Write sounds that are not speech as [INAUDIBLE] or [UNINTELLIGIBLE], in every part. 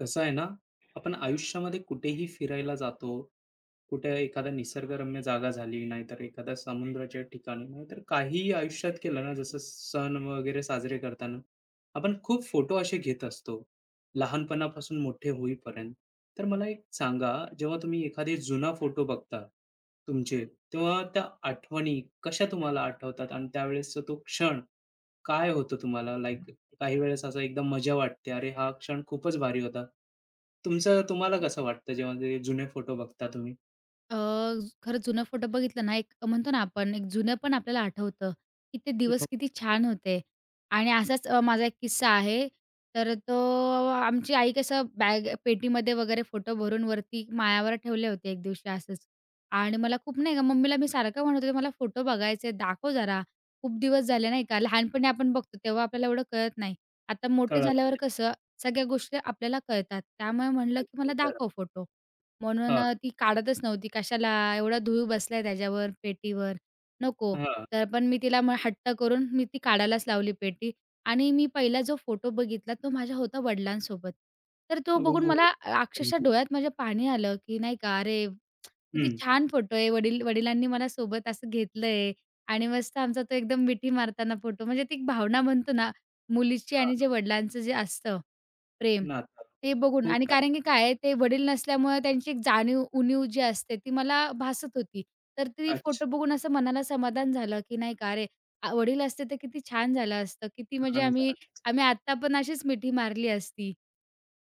कसं आहे ना, आपण आयुष्यामध्ये कुठेही फिरायला जातो, कुठे एखादा निसर्गरम्य जागा झाली, नाहीतर एखाद्या समुद्राच्या ठिकाणी, नाहीतर काहीही आयुष्यात केलं ना, जसं सण वगैरे साजरे करताना, आपण खूप फोटो असे घेत असतो, लहानपणापासून मोठे होईपर्यंत. तर मला एक सांगा, जेव्हा तुम्ही एखादे जुना फोटो बघता तुमचे, तेव्हा त्या आठवणी कशा तुम्हाला आठवतात आणि त्यावेळेसचा तो क्षण काय होतं तुम्हाला? लाइक काही वेळेस असं एकदम मजा वाटते, "अरे, हा क्षण खूपच भारी होता." तुमचं तुम्हाला कसं वाटतं जेव्हा ते जुने फोटो बघता तुम्ही? अ, खरं जुनं फोटो बघितलं ना, एक म्हणतो ना आपण, एक जुनं पण आपल्याला आठवतं, की ते हो, दिवस किती छान होते. आणि असाच माझा एक किस्सा आहे. तर तो आमची आई कसं बॅग पेटीमध्ये वगैरे फोटो भरून वरती माळ्यावर ठेवले होते एक दिवशी असंच. आणि मला खूप नाही का मम्मीला मी सारखं म्हणत होते, "मला फोटो बघायचे, दाखव जरा." खूप दिवस झाले नाही का. लहानपणी आपण बघतो तेव्हा आपल्याला एवढं कळत नाही. आता मोठे कळत झाल्यावर नाही. कसं सगळ्या गोष्टी आपल्याला कळतात. त्यामुळे म्हणलं, की अगदी "मला खरं. दाखव फोटो." म्हणून हां, ती काढतच नव्हती. कशाला एवढा धूळ बसलाय त्याच्यावर पेटीवर, नको. हां. तर पण मी तिला मग हट्ट करून मी ती काढायलाच लावली पेटी आणि मी पहिला जो फोटो बघितला तो माझा होता वडिलांसोबत. तर तो बघून हो. मला हं, अक्षरशः डोळ्यात माझ्या पाणी आलं, की नाही का अरे, किती हं. छान फोटो आहे. वडील वडिलांनी मला सोबत असं घेतलंय आणि मस्त आमचा तो एकदम मिठी मारताना फोटो म्हणजे ती एक भावना म्हणतो ना, मुलीची आणि जे हां, वडिलांचं जे असतं प्रेम. नातं. ते बघून खूप आणि भारी. कारण की काय आहे, ते वडील नसल्यामुळे त्यांची एक जाणीव, उणीव जी असते ती मला भासत होती. तर ती अच्छा. फोटो बघून असं मनाला समाधान झालं, की नाही का अरे, वडील असते तर किती छान झालं असतं. किती म्हणजे छान आम्ही झालं. आम्ही आत्ता पण अशीच मिठी मारली असती.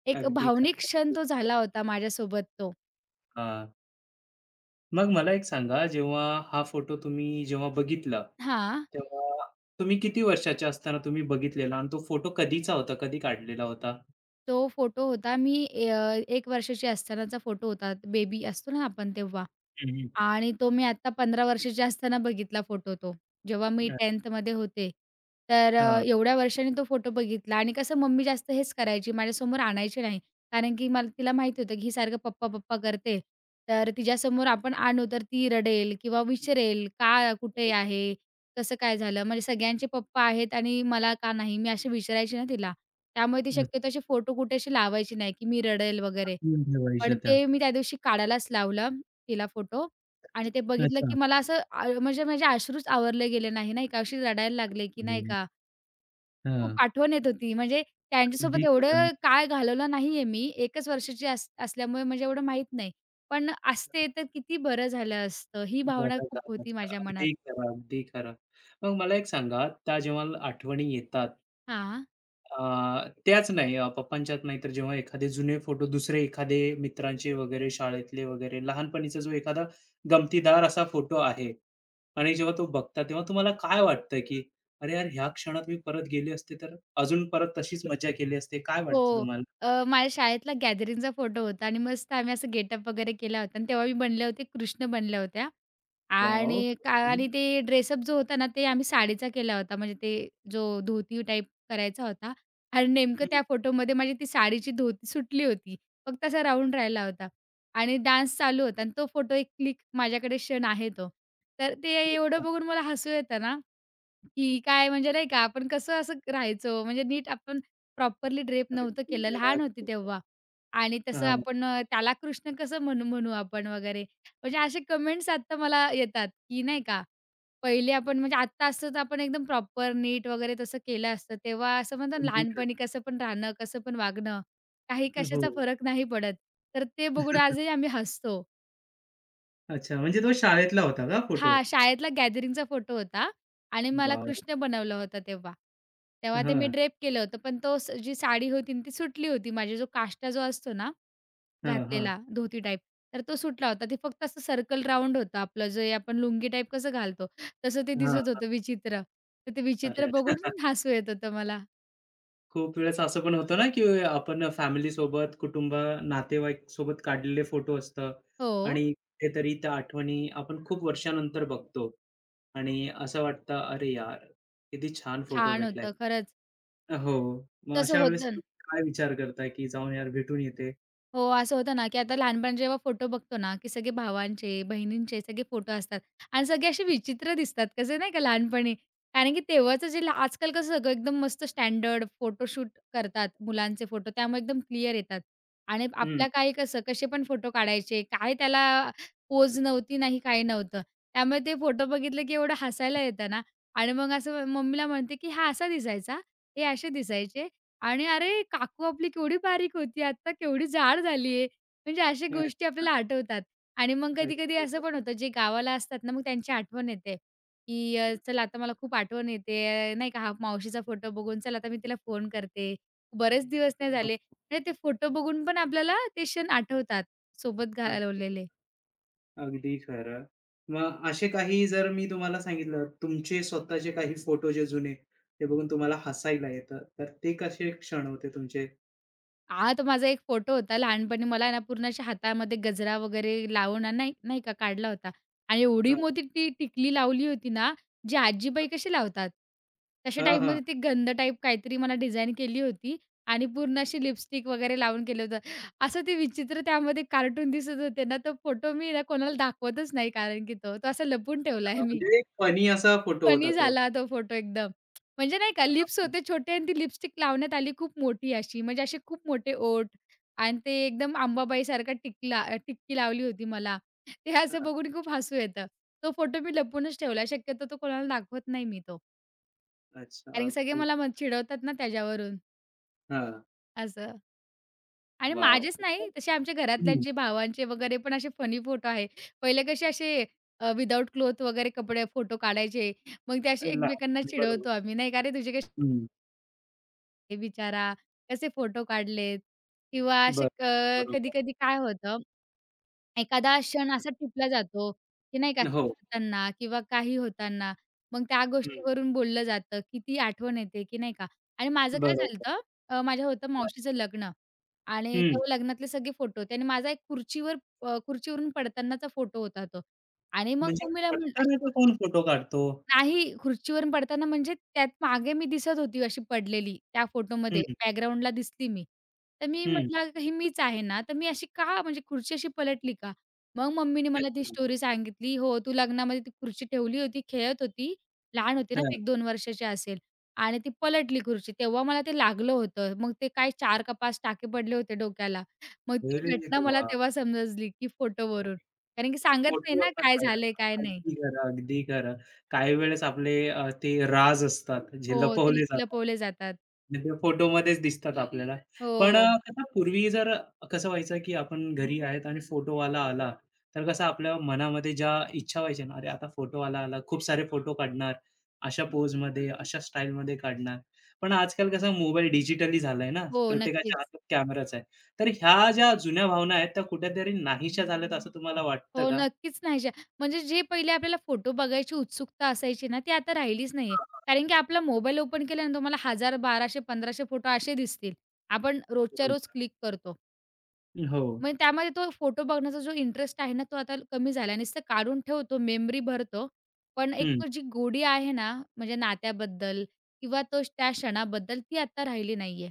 एक अगदी भावनिक खरं. क्षण तो झाला होता माझ्यासोबत तो. हां. मग मला एक सांगा, जेव्हा हा फोटो तुम्ही जेव्हा बघितला, हां, तेव्हा तुम्ही किती वर्षाचे असताना तुम्ही बघितलेला आणि तो फोटो कधीचा होता? कधी काढलेला होता? तो फोटो होता मी 1 वर्षाची असतानाचा फोटो होता. बेबी असतो ना आपण तेव्हा. हं, आणि तो मी आता 15 वर्षाची असताना बघितला फोटो तो. जेव्हा मी 10th मध्ये होते. तर हां. एवढ्या वर्षांनी तो फोटो बघितला आणि कसं मम्मी जास्त हेच करायची, माझ्यासमोर आणायची नाही. कारण की मला तिला माहिती होतं की ही सारखं पप्पा-पप्पा करते. तर तिच्यासमोर आपण आणू तर ती रडेल किंवा विचारेल, "का? कुठे आहे? कसं काय झालं?" म्हणजे सगळ्यांचे पप्पा आहेत आणि मला का नाही? मी अशी विचारायची ना तिला. त्यामुळे ती अ, शक्यतो असे फोटो कुठे अशी लावायची नाही की मी रडेल वगैरे. चिकटून ठेवायच्या पण त्या. ते मी त्या दिवशी काढायलाच लावला तिला फोटो आणि ते बघितलं, अच्छा. की मला असं म्हणजे माझे अश्रूच आवरले गेले नाही, नाही का. अशी रडायला लागले, की नाही हं. का खूप हां. आठवण येत होती. म्हणजे अगदी त्यांच्यासोबत खरं. एवढं काळ घालवला नाहीये मी. 1च वर्षाची असल्यामुळे म्हणजे एवढं माहीत नाही. पण असते तर किती बरं झालं असतं. ही भावना बरं खूप झालं. होती माझ्या मनात. अगदी खरं, अगदी खरं. मग मला एक सांगा, त्या जेव्हा आठवणी येतात हां. त्याच नाही पप्पांच्याच नाही तर जेव्हा एखादे जुने फोटो दुसरे एखादे मित्रांचे वगैरे, शाळेतले वगैरे, लहानपणीचा जो एखादा गमतीदार असा फोटो आहे आणि जेव्हा तो बघता तेव्हा तुम्हाला काय वाटतं, की "अरे यार, ह्या क्षणात मी परत गेले असते तर अजून परत तशीच मजा केली असते." काय वाटतं हो. तुम्हाला? माझ्या शाळेतला गॅदरिंगचा फोटो होता आणि मस्त आम्ही असं गेटअप वगैरे केला होता आणि तेव्हा मी बनल्या होत्या कृष्ण बनल्या होत्या. वाव। आणि का हं. आणि ते ड्रेसअप जो होता ना, ते आम्ही साडीचा केला होता. म्हणजे ते जो धोती टाइप करायचा होता आणि नेमकं हं. त्या फोटोमध्ये माझी ती साडीची धोती सुटली होती. फक्त असा राउंड राहिला होता आणि डान्स चालू होता आणि तो फोटो एक क्लिक माझ्याकडे क्षण आहे तो. तर ते एवढं बघून मला हसू येतं ना, की काय म्हणजे नाही का, आपण कसं असं राहायचो, म्हणजे नीट आपण प्रॉपरली ड्रेप नव्हतं केलं, लहान होती [UNINTELLIGIBLE] तेव्हा. आणि तसं हां. आपण त्याला कृष्ण कसं म्हणू म्हणू आपण वगैरे. म्हणजे असे कमेंट्स आता मला येतात, की नाही का, पहिले आपण म्हणजे आत्ता असतं तर आपण एकदम प्रॉपर नीट वगैरे तसं केलं असतं. तेव्हा असं म्हणतात ना, कॉम्प्युटर. लहानपणी कसं पण राहणं, कसं पण वागणं, काही हो. कशाचा फरक नाही पडत. तर ते बघून आजही आम्ही हसतो. अच्छा, म्हणजे तो शाळेतला होता का फोटो? हां, शाळेतला गॅदरिंगचा फोटो होता आणि मला वॉव! कृष्ण बनवलं होतं तेव्हा. तेव्हा ते हां, मी ड्रेप केलं होतं, पण तो स जी साडी होती ना ती सुटली होती. माझी जो काष्टा जो असतो ना हां, हां, घातलेला धोती टाईप, तर तो सुटला होता. ते फक्त असं सर्कल राउंड होतं आपलं जे आपण लुंगी टाईप कसं घालतो, तसं ते हां. दिसत होतं विचित्र. तर ते विचित्र अरे! बघून हसू येत होतं मला. खूप वेळेस असं पण होतं ना, की आपण फॅमिलीसोबत, कुटुंब, नातेवाईक सोबत काढलेले फोटो असतात हो, आणि कुठेतरी त्या आठवणी आपण खूप वर्षानंतर बघतो आणि असं वाटतं, "अरे यार! किती छान फोटो छान भेटलाय." होतं खरंच. हो. मग तसं अशा वेळेस होतं तुम्ही काय विचार करताय, की जाऊन यार भेटून येते? हो, असं होतं ना, की आता लहानपणी जेव्हा फोटो बघतो ना, की सगळे भावांचे, बहिणींचे सगळे फोटो असतात आणि सगळे असे विचित्र दिसतात कसे नाही का लहानपणी. कारण की तेव्हाचं आजकाल कसं सगळं एकदम मस्त स्टँडर्ड फोटोशूट करतात मुलांचे फोटो, त्यामुळे एकदम क्लिअर येतात. आणि हं. आपल्या काही कसं कसे पण फोटो काढायचे, काय त्याला पोज नव्हती, नाही काही नव्हतं. त्यामुळे ते फोटो बघितले की एवढं हसायला येतं ना आणि मग असं मम्मीला म्हणते, की "हा असा दिसायचा, हे असे दिसायचे." आणि अरे, काकू आपली केवढी बारीक होती, आता केवढी जाड झाली आहे. म्हणजे अशा गोष्टी अच्छा. आपल्याला आठवतात. आणि मग अगदी कधी-कधी असं खरं. पण होतं, जे गावाला असतात ना, मग त्यांची आठवण येते, की चला आता मला खूप आठवण येते, नाही का, हा मावशीचा फोटो बघून, चला आता मी तिला फोन करते. बरेच दिवस नाही झाले. म्हणजे ते फोटो बघून पण आपल्याला ते क्षण आठवतात, सोबत अगदी खरं. घालवलेले. अगदी खरं. मग असे काही जर मी तुम्हाला सांगितलं, तुमचे स्वतःचे काही फोटो जे जुने, ते बघून तुम्हाला हसायला येतं, तर ते कसे क्षण होते तुमचे? हां, तर माझा एक फोटो होता लहानपणी मला आहे ना पूर्ण अशा हातामध्ये गजरा वगैरे लावून ना नाही नाही का काढला होता आणि एवढी हां, मोठी ती टिकली लावली होती ना, जी आजीबाई कशी लावतात, तशा हां, हां. टाईपमध्ये ती गंध टाईप काहीतरी मला डिझाइन केली होती आणि पूर्ण अशी लिपस्टिक वगैरे लावून केलं होतं. असं ते विचित्र त्यामध्ये कार्टून दिसत होते ना, तो फोटो मी ना कोणाला दाखवतच नाही कारण की तो असा लपवून ठेवला मी. म्हणजे एक फनी असा फोटो होता फनी तो. झाला तो फोटो एकदम. म्हणजे नाही का लिप्स हां, होते छोटे आणि ती लिपस्टिक लावण्यात आली खूप मोठी अशी. म्हणजे असे खूप मोठे ओठ आणि ते एकदम अंबाबाईसारखा टिक्की लावली होती मला. ते असं हां. बघून खूप हसू येतं. तो फोटो मी लपवूनच ठेवला. शक्यतो तो कोणाला दाखवत नाही मी तो. कारण अच्छा. की सगळे खूप मला मग चिडवतात ना त्याच्यावरून हां. असं. आणि वॉव! माझेच नाही तसे आमच्या हं. घरातल्यांचे, भावांचे वगैरे पण असे फनी फोटो आहे. पहिले कसे असे विदाऊट क्लॉथ वगैरे कपडे फोटो काढायचे. मग ते असे एकमेकांना लहानपणी बरोबर. चिडवतो आम्ही, नाही का "अरे तुझे हं. ते बिचारा कसे फोटो काढलेत किंवा असे बरं. बरोबर. कधी-कधी काय होतं, एखादा क्षण असा टिपला जातो, की नाही का हो. करताना किंवा काही होताना. मग त्या हं. गोष्टीवरून बोललं जातं, की ती आठवण येते, की नाही का. आणि माझं काय बरोबर. झालतं, माझ्या होतं मावशीचं लग्न आणि हं. तेव्हा लग्नातले सगळे फोटो होते आणि माझा एक खुर्चीवर खुर्चीवरून पडतानाचा फोटो होता तो आणि मग म्हणजे मम्मीला पटकन अशी आता खुर्ची कोण फोटो काढतो? नाही, खुर्चीवरून पडताना म्हणजे त्यात मागे मी दिसत होती अशी पडलेली त्या फोटोमध्ये हं, बॅकग्राऊंडला दिसली मी. तर मी हं. म्हटलं, "ही मीच आहे ना?" तर मी अशी का म्हणजे खुर्ची अशी पलटली का? मग मम्मीने मला ती येतील. स्टोरी सांगितली, "हो, तू लग्नामध्ये ती खुर्ची ठेवली होती, खेळत होती, लहान होती ना हां. 1-2 वर्षाची असेल आणि ती पलटली खुर्ची. तेव्हा मला ते लागलं होतं. मग ते काय 4 का 5 टाके पडले होते डोक्याला." मग ती अरे घटना मला देवा! तेव्हा समजली की फोटोवरून. कारण की सांगत नाही ना फोटोवरनं काय कळलं. झालंय, काय नाही. अगदी खरं, अगदी खरं. काही वेळेस आपले ते राज असतात, जे हो, ते लपवले जातात. लपवले जातात. फोटो फोटोमध्येच दिसतात आपल्याला. पण हो. कसं पूर्वी जर कसं व्हायचं, की आपण घरी आहेत आणि फोटोवाला आला, तर कसं आपल्या मनामध्ये ज्या इच्छा व्हायच्या ना, "अरे आता फोटोवाला आला, खूप सारे फोटो काढणार, अशा पोज पोजमध्ये, अशा स्टाईलमध्ये काढणार." पण आजकाल कसा मोबाईल डिजिटली झालाय ना, हो, प्रत्येकाच्या नक्कीच. हातात कॅमेराच आहे. तर ह्या ज्या जुन्या भावना आहेत, त्या कुठेतरी नाहीशा झाल्यात असं तुम्हाला वाटतं हो, का? नक्कीच नाही. शा म्हणजे जे पहिले आपल्याला फोटो बघायची उत्सुकता असायची ना, ती आता राहिलीच नाहीये. हां, कारण की आपला मोबाईल ओपन केला ना, तुम्हाला 1000, 1200, 1500 फोटो असे दिसतील. आपण रोजच्या रोज बरोबर. क्लिक करतो. हो. मग त्यामध्ये तो फोटो बघण्याचा जो इंटरेस्ट आहे ना, तो आता कमी झाला. नुसतं काढून ठेवतो, मेमरी भरतो. पण हं. एक जी गोडी आहे ना, म्हणजे नात्याबद्दल किंवा तो त्या क्षणाबद्दल, ती आता राहिली नाहीये.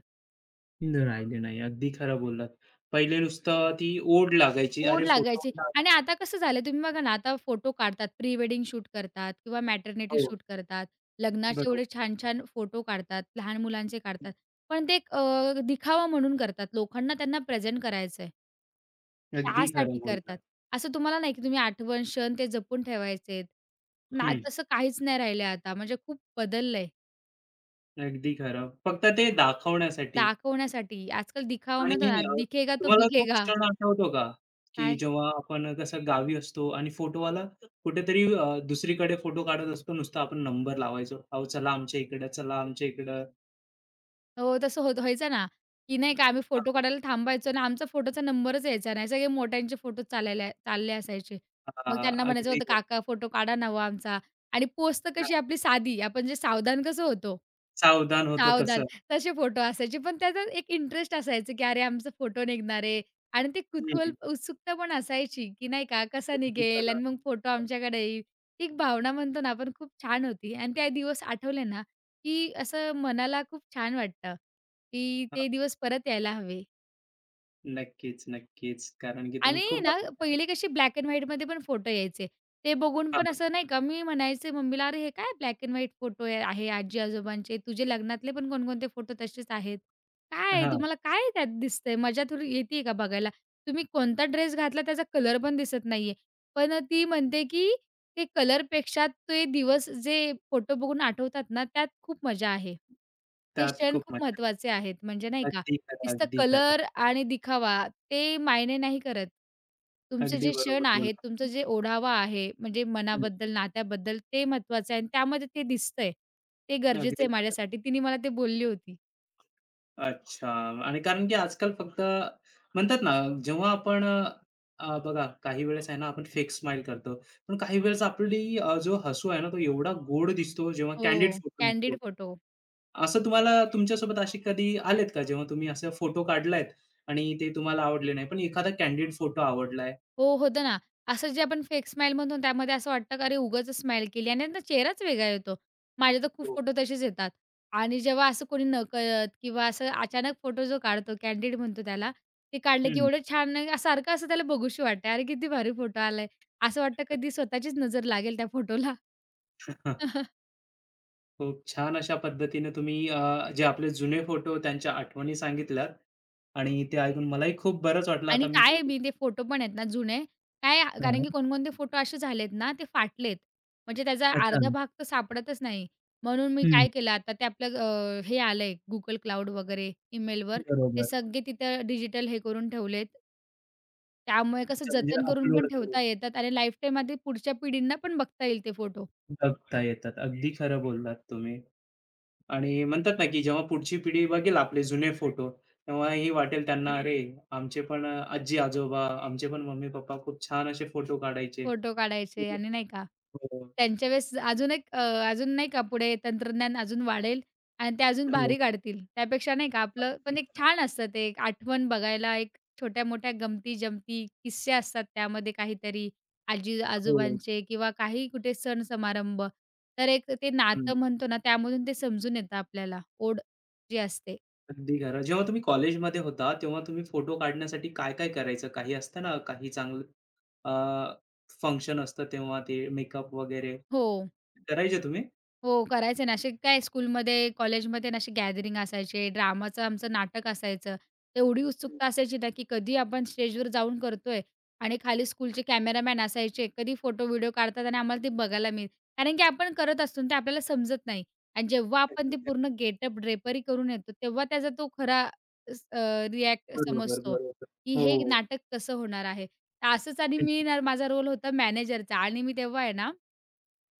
राहिले नाही. अगदी खरं बोललात. पहिले नुसतं ती ओढ लागायची, "अरे ओढ लागायची फोटोवाला आणि आता कसं झालं तुम्ही बघा ना, आता फोटो काढतात, प्री वेडिंग शूट करतात किंवा मॅटर्निटी हो, शूट करतात. लग्नाचे एवढे बरोबर. छान-छान फोटो काढतात, लहान मुलांचे हं, काढतात. पण ते एक दिखावा म्हणून करतात. लोकांना त्यांना प्रेझेंट करायचंय, अगदी खरं त्यासाठी करतात. बोललात. असं तुम्हाला नाही की तुम्ही आठवण, क्षण ते जपून ठेवायचेत. ना हं, तसं काहीच नाही राहिलंय आता. म्हणजे खूप बदललंय अगदी खरं. फक्त ते दाखवण्यासाठी दाखवण्यासाठी. आजकाल दिखावा म्हणतो ना, आणि दिखेगा तो तुम्हाला तो बिकेगा. क्षण आठवतो का? की काय? जेव्हा आपण कसं गावी असतो आणि फोटोवाला कुठेतरी दुसरीकडे फोटो काढत असतो, नुसता आपण नंबर लावायचो. "अहो, चला आमच्या इकडं, चला आमच्या इकडं." हो, तसं होत व्हायचं ना, की नाही का आम्ही फोटो हां, काढायला थांबायचो आणि आमचा फोटोचा नंबरच यायचा नाही. सगळे मोठ्यांचे फोटो चालायला चालले असायचे. मग हां, त्यांना म्हणायचं अगदी होतं, खरं. "काका फोटो काढा ना हो आमचा" आणि पोस्ट तर कशी हां, आपली साधी, आपण जे सावधान कसं होतो? सावधान होतो तसं. सावधान तसे फोटो असायचे. पण त्याचा एक इंटरेस्ट असायचा, की अरे आमचा फोटो निघणार आहे आणि ते हं, कुतूहल उत्सुकता पण असायची, की नाही का कसा अगदी निघेल आणि खरं. मग फोटो आमच्याकडे येईल. एक भावना म्हणतो ना आपण खूप छान होती आणि ते दिवस आठवले ना, की असं मनाला खूप छान वाटतं, की हां, ते दिवस परत यायला हवे. नक्कीच, नक्कीच. कारण की तुम्ही आणि खूप ना [UNINTELLIGIBLE] पहिले कशी ब्लॅक अँड व्हाईटमध्ये पण फोटो यायचे. ते बघून हां, पण असं नाही का मी म्हणायचे मम्मीला, "अरे हे काय ब्लॅक अँड व्हाईट फोटो आहे आजी-आजोबांचे. तुझे लग्नातले पण कोणकोणते फोटो तसेच आहेत. काय हां, तुम्हाला काय त्यात दिसतंय? मजा थोडी येते का बघायला? तुम्ही कोणता ड्रेस घातला त्याचा कलर पण दिसत नाहीये." पण ती म्हणते की ते कलरपेक्षा ते दिवस जे फोटो बघून आठवतात ना, त्यात खूप मजा आहे. ते त्यात क्षण खूप खूप मजा महत्त्वाचे आहेत. म्हणजे नाही का, अगदी खरं, नुसतं अगदी खरं. कलर आणि दिखावा ते मायने नाही करत. तुमचे अगदी जे बरोबर क्षण आहेत, बोललात तुमचं तुम्ही. जे ओढावा आहे, म्हणजे हं, मनाबद्दल, नात्याबद्दल ते महत्त्वाचं आहे आणि त्यामध्ये ते दिसतंय. ते गरजेचं अगदी आहे खरं. माझ्यासाठी. तिने मला ते बोलली होती. अच्छा आणि कारण की आजकाल फक्त म्हणतात ना, जेव्हा आपण बघा काही वेळेस आहे ना, आपण फेक स्माईल करतो. पण काही वेळेस आपली जो हसू आहे ना, तो एवढा गोड दिसतो जेव्हा हो, कँडिड फोटो निघतो. Candid photo. असं तुम्हाला तुमच्यासोबत असे कधी आलेत का, जेव्हा तुम्ही असे फोटो काढलायत आणि ते तुम्हाला आवडले नाही, पण एखादा कँडिड फोटो आवडलाय? हो, होतं ना. असं जे आपण फेक स्माईल म्हणतो ना, त्यामध्ये असं वाटतं का अरे उगाच स्माईल केली आणि त्यांचा चेहराच वेगळा येतो. माझे तर खूप हो. फोटो तसेच येतात आणि जेव्हा असं कोणी नकळत किंवा असं अचानक फोटो जो काढतो कॅन्डिड म्हणतो त्याला, ते काढलं की हं. एवढं छान सारखं असं त्याला बघूशी वाटतं. अरे किती भारी फोटो आलाय. असं वाटतं कधी [LAUGHS] स्वतःचीच नजर लागेल त्या फोटोला. खूप छान अशा पद्धतीने तुम्ही जे आपले जुने फोटो त्यांच्या आठवणी सांगितल्यात आणि ते ऐकून मलाही खूप बरंच वाटलं. आता आणि मी काय आहे पण मी ते फोटो पण आहेत ना जुने, काय कारण हां. की कोणकोणते फोटो असे झालेत ना, ते फाटलेत. म्हणजे त्याचा अच्छा. अर्धा भाग तर सापडतच नाही. म्हणून मी हं. काय केलं आता ते आपलं हे आलंय Google Cloud वगैरे ईमेलवर, ते बरोबर. सगळे तिथं डिजिटल हे करून ठेवलेत. त्यामुळे कसं अच्छा, म्हणजे जतन करून अपलोड पण करून ठेवता येतात आणि लाईफटाईम आधी पुढच्या पिढींना पण बघता येईल ते फोटो. बघता येतात. अगदी खरं बोललात तुम्ही आणि म्हणतात ना, की जेव्हा पुढची पिढी बघेल आपले जुने फोटो, तेव्हा हे वाटेल त्यांना, "अरे, आमचे पण आजी-आजोबा, आमचे पण मम्मी-पप्पा खूप छान असे फोटो काढायचे." फोटो काढायचे हो, आणि नाही का हो. त्यांच्या वेळेस अजून एक अजून नाही का पुढे तंत्रज्ञान अजून वाढेल आणि ते अजून हो. भारी काढतील. त्यापेक्षा नाही का आपलं पण एक छान असतं ते एक आठवण बघायला एक छोट्या-मोठ्या गमती-जमती किस्से असतात त्यामध्ये काहीतरी हो. आजी-आजोबांचे किंवा काही कुठे सण-समारंभ. तर एक ते हं. नातं म्हणतो ना त्यामधून ते समजून येतं आपल्याला ओढ जी असते. अगदी खरं. जेव्हा तुम्ही कॉलेजमध्ये होता, तेव्हा तुम्ही फोटो काढण्यासाठी काय-काय करायचं? काही असतं ना, काही चांगलं अ, फंक्शन असतं तेव्हा ते मेकअप वगैरे हो. करायचे तुम्ही? हो, करायचे ना. असे काय स्कूलमध्ये, कॉलेजमध्ये ना असे गॅदरिंग असायचे, ड्रामाचं आमचं नाटक असायचं. एवढी उत्सुकता असायची ना, की कधी आपण स्टेजवर जाऊन करतोय आणि खाली स्कूलचे कॅमेरामॅन असायचे. कधी फोटो, व्हिडिओ काढतात आणि आम्हाला ते बघायला मिळेल. कारण की आपण करत असतो आणि ते आपल्याला समजत नाही. आणि जेव्हा आपण ते पूर्ण गेटअप, ड्रेपरी करून येतो, तेव्हा त्याचा तो खरा रिॲक्ट बरोबर, समजतो, बरोबर. की हे हो. नाटक कसं होणार आहे. तर असंच आणि मी ना माझा रोल होता मॅनेजरचा आणि मी तेव्हा आहे ना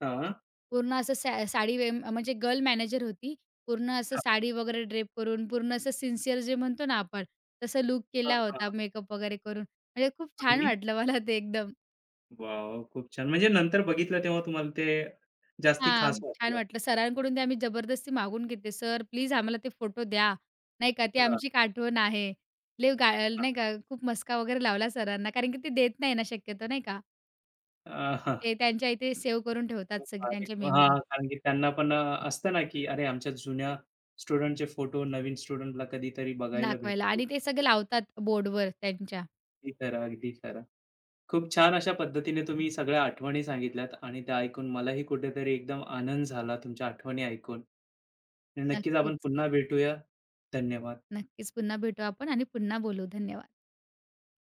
हां. पूर्ण असं साडी म्हणजे गर्ल मॅनेजर होती. पूर्ण असं हां, साडी वगैरे ड्रेप करून, पूर्ण असं सिन्सिअर जे म्हणतो ना आपण, तसं लूक हां, केला होता हां. मेकअप वगैरे करून. म्हणजे खूप छान आणि? वाटलं मला ते एकदम. वॉव! खूप छान. म्हणजे नंतर बघितलं तेव्हा तुम्हाला ते जास्ती हां, खास छान वाटलं. वाटलं. सरांकडून ते आम्ही जबरदस्ती मागून घेतले, "सर प्लीज आम्हाला ते फोटो द्या." नाही का, "ती हां, आमची एक आठवण आहे." लई गा नाही का खूप मस्का वगैरे लावला सरांना, कारण की ते देत नाही ना शक्यतो नाही का. हां. ते त्यांच्या इथे सेव्ह करून खूप ठेवतात सगळी भारी. त्यांच्या मेमरी हां, कारण की त्यांना पण असतं ना, की अरे आमच्या जुन्या स्टुडंटचे फोटो नवीन स्टुडंटला कधीतरी बघायला दाखवायला भेटतील. आणि ते सगळे लावतात बोर्डवर त्यांच्या. अगदी खरं, अगदी खरं. खूप छान अशा पद्धतीने तुम्ही सगळ्या आठवणी सांगितल्यात आणि त्या ऐकून मलाही कुठेतरी एकदम आनंद झाला तुमच्या आठवणी ऐकून. आणि नक्कीच आपण नक्कीच. पुन्हा भेटूया. धन्यवाद. नक्कीच. पुन्हा भेटू आपण आणि पुन्हा बोलू. धन्यवाद.